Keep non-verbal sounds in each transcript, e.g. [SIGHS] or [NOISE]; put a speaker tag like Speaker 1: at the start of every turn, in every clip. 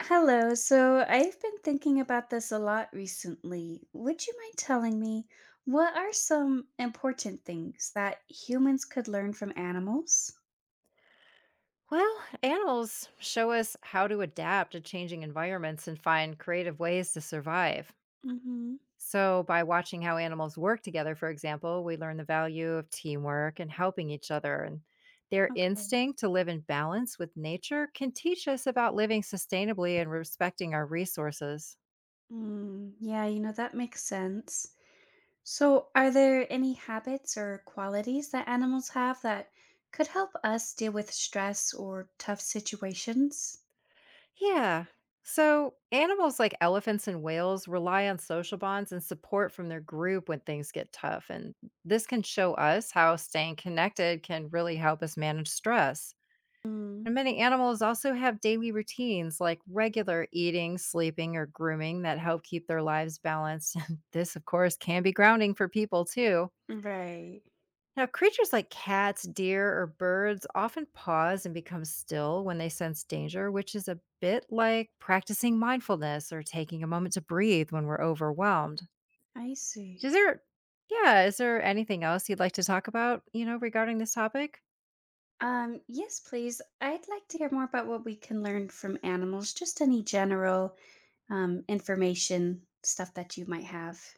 Speaker 1: Hello. So I've been thinking about this a lot recently. Would you mind telling me what are some important things that humans could learn from animals?
Speaker 2: Well, animals show us how to adapt to changing environments and find creative ways to survive.
Speaker 1: Mm-hmm.
Speaker 2: So, by watching how animals work together, for example, we learn the value of teamwork and helping each other. And their
Speaker 1: Okay.
Speaker 2: instinct to live in balance with nature can teach us about living sustainably and respecting our resources.
Speaker 1: Mm, yeah, that makes sense. So, are there any habits or qualities that animals have that could help us deal with stress or tough situations?
Speaker 2: Yeah. So, animals like elephants and whales rely on social bonds and support from their group when things get tough. And this can show us how staying connected can really help us manage stress. And
Speaker 1: Mm,
Speaker 2: many animals also have daily routines like regular eating, sleeping, or grooming that help keep their lives balanced. [LAUGHS] And this, of course, can be grounding for people too.
Speaker 1: right.
Speaker 2: Now, creatures like cats, deer, or birds often pause and become still when they sense danger, which is a bit like practicing mindfulness or taking a moment to breathe when we're overwhelmed.
Speaker 1: I
Speaker 2: Is
Speaker 1: see.
Speaker 2: there, yeah, is there anything else you'd like to talk about, you know, regarding this topic?
Speaker 1: Yes, please. I'd like to hear more about what we can learn from animals, just any general information, stuff that you might have.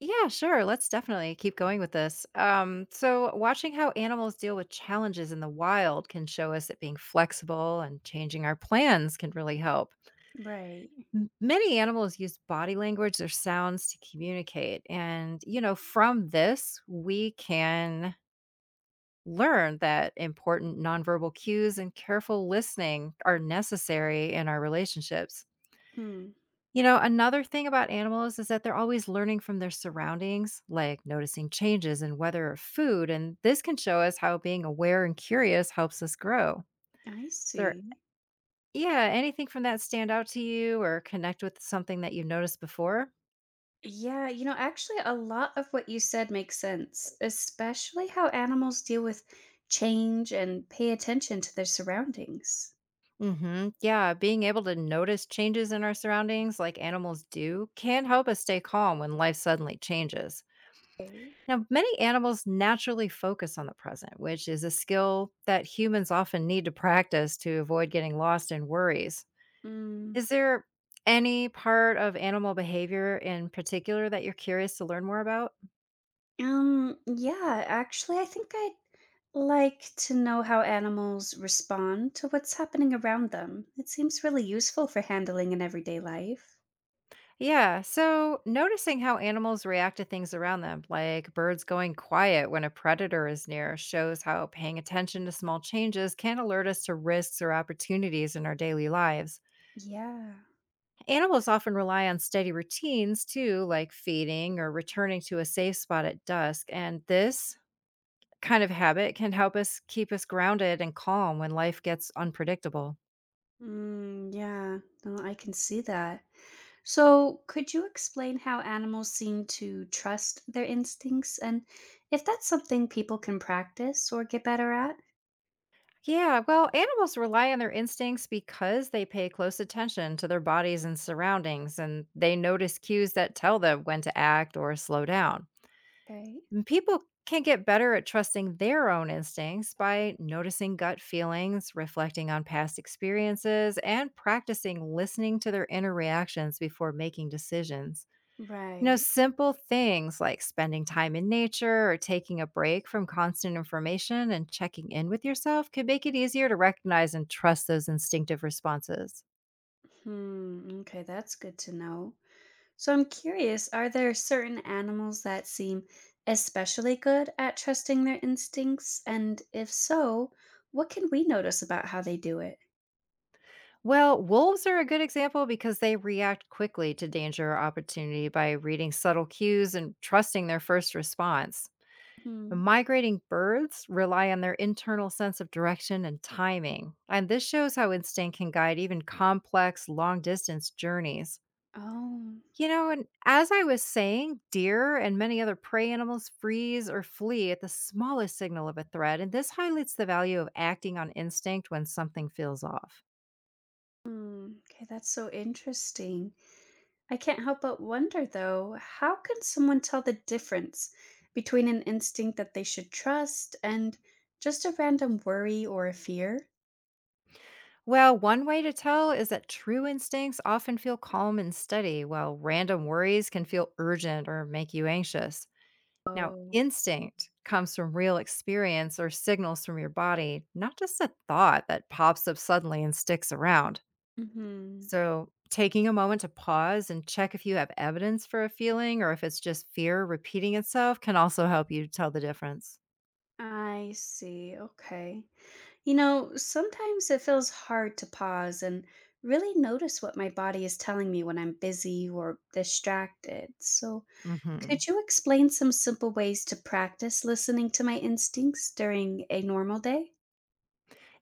Speaker 2: Yeah, sure. Let's definitely keep going with this. So, watching how animals deal with challenges in the wild can show us that being flexible and changing our plans can really help.
Speaker 1: Right.
Speaker 2: Many animals use body language or sounds to communicate. And, you know, from this, we can learn that important nonverbal cues and careful listening are necessary in our relationships.
Speaker 1: Hmm.
Speaker 2: You know, another thing about animals is that they're always learning from their surroundings, like noticing changes in weather or food. And this can show us how being aware and curious helps us grow. Is
Speaker 1: I
Speaker 2: There,
Speaker 1: see.
Speaker 2: yeah, anything from that stand out to you or connect with something that you noticed before?
Speaker 1: Yeah, actually, a lot of what you said makes sense, especially how animals deal with change and pay attention to their surroundings.
Speaker 2: Yeah, being able to notice changes in our surroundings like animals do can help us stay calm when life suddenly changes.
Speaker 1: Okay.
Speaker 2: Now, many animals naturally focus on the present, which is a skill that humans often need to practice to avoid getting lost in worries. Is there any part of animal behavior in particular that you're curious to learn more about?
Speaker 1: Yeah, actually, I think I'd like to know how animals respond to what's happening around them. It seems really useful for handling in everyday life.
Speaker 2: Yeah, so noticing how animals react to things around them, like birds going quiet when a predator is near, shows how paying attention to small changes can alert us to risks or opportunities in our daily lives.
Speaker 1: Yeah.
Speaker 2: Animals often rely on steady routines too, like feeding or returning to a safe spot at dusk, and this kind of habit can help us keep us grounded and calm when life gets unpredictable.
Speaker 1: Mm, yeah, no, I can see that. So, could you explain how animals seem to trust their instincts and if that's something people can practice or get better at?
Speaker 2: Yeah, well, animals rely on their instincts because they pay close attention to their bodies and surroundings, and they notice cues that tell them when to act or slow down.
Speaker 1: Okay.
Speaker 2: And people can get better at trusting their own instincts by noticing gut feelings, reflecting on past experiences, and practicing listening to their inner reactions before making decisions. You know,
Speaker 1: Right.
Speaker 2: simple things like spending time in nature or taking a break from constant information and checking in with yourself could make it easier to recognize and trust those instinctive responses.
Speaker 1: Hmm, okay, that's good to know. So I'm curious, are there certain animals that seem especially good at trusting their instincts? And if so, what can we notice about how they do it?
Speaker 2: Well, wolves are a good example because they react quickly to danger or opportunity by reading subtle cues and trusting their first response.
Speaker 1: Hmm.
Speaker 2: Migrating birds rely on their internal sense of direction and timing, and this shows how instinct can guide even complex, long distance journeys.
Speaker 1: Oh.
Speaker 2: You know, and as I was saying, deer and many other prey animals freeze or flee at the smallest signal of a threat, and this highlights the value of acting on instinct when something feels off.
Speaker 1: Hmm. Okay, that's so interesting. I can't help but wonder though, how can someone tell the difference between an instinct that they should trust and just a random worry or a fear?
Speaker 2: Well, one way to tell is that true instincts often feel calm and steady, while random worries can feel urgent or make you anxious. Now,
Speaker 1: Oh.
Speaker 2: instinct comes from real experience or signals from your body, not just a thought that pops up suddenly and sticks around.
Speaker 1: Mhm.
Speaker 2: So, taking a moment to pause and check if you have evidence for a feeling or if it's just fear repeating itself can also help you tell the difference.
Speaker 1: I see. Okay. Sometimes it feels hard to pause and really notice what my body is telling me when I'm busy or distracted. So,
Speaker 2: hmm
Speaker 1: could you explain some simple ways to practice listening to my instincts during a normal day?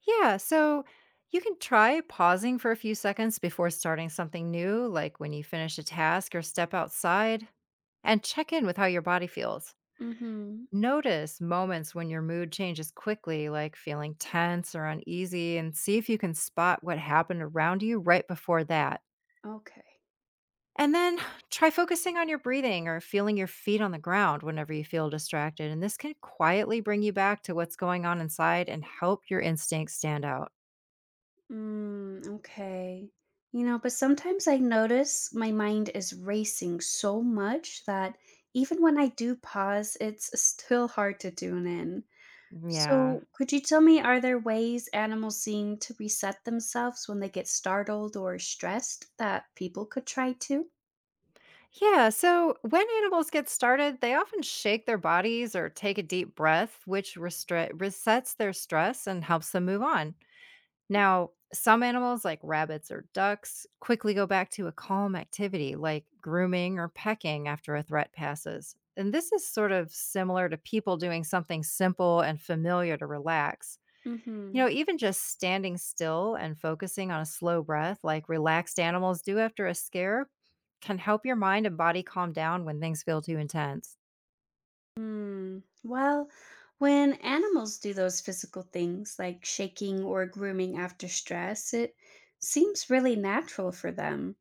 Speaker 2: Yeah. So, you can try pausing for a few seconds before starting something new, like when you finish a task or step outside, and check in with how your body feels.
Speaker 1: Mm-hmm.
Speaker 2: Notice moments when your mood changes quickly, like feeling tense or uneasy, and see if you can spot what happened around you right before that.
Speaker 1: Okay.
Speaker 2: And then [SIGHS] try focusing on your breathing or feeling your feet on the ground whenever you feel distracted. And this can quietly bring you back to what's going on inside and help your instincts stand out.
Speaker 1: Mm, okay. But sometimes I notice my mind is racing so much that even when I do pause, it's still hard to tune in.
Speaker 2: Yeah.
Speaker 1: So, could you tell me, are there ways animals seem to reset themselves when they get startled or stressed that people could try too?
Speaker 2: Yeah. So when animals get started, they often shake their bodies or take a deep breath, which resets their stress and helps them move on. Now, some animals like rabbits or ducks quickly go back to a calm activity like grooming or pecking after a threat passes. And this is sort of similar to people doing something simple and familiar to relax. You
Speaker 1: Mm-hmm.
Speaker 2: know, even just standing still and focusing on a slow breath, like relaxed animals do after a scare, can help your mind and body calm down when things feel too intense.
Speaker 1: Hmm. Well, when animals do those physical things like shaking or grooming after stress, it seems really natural for them.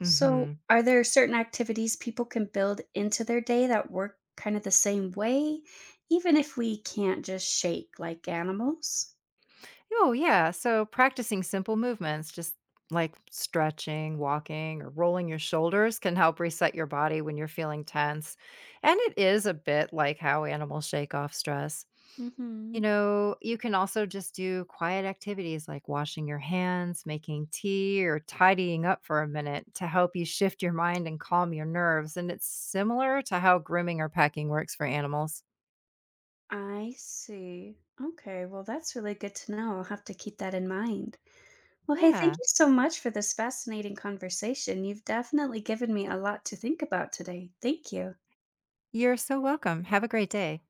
Speaker 1: So, are there certain activities people can build into their day that work kind of the same way, even if we can't just shake like animals?
Speaker 2: Oh, yeah. So practicing simple movements, just like stretching, walking, or rolling your shoulders, can help reset your body when you're feeling tense. And it is a bit like how animals shake off stress. You
Speaker 1: Hmm.
Speaker 2: know, you can also just do quiet activities like washing your hands, making tea, or tidying up for a minute to help you shift your mind and calm your nerves. And it's similar to how grooming or packing works for animals.
Speaker 1: I see. Okay, well, that's really good to know. I'll have to keep that in mind. Well, hey, thank
Speaker 2: Yeah,
Speaker 1: you so much for this fascinating conversation. You've definitely given me a lot to think about today. Thank you.
Speaker 2: you're so welcome. Have a great day.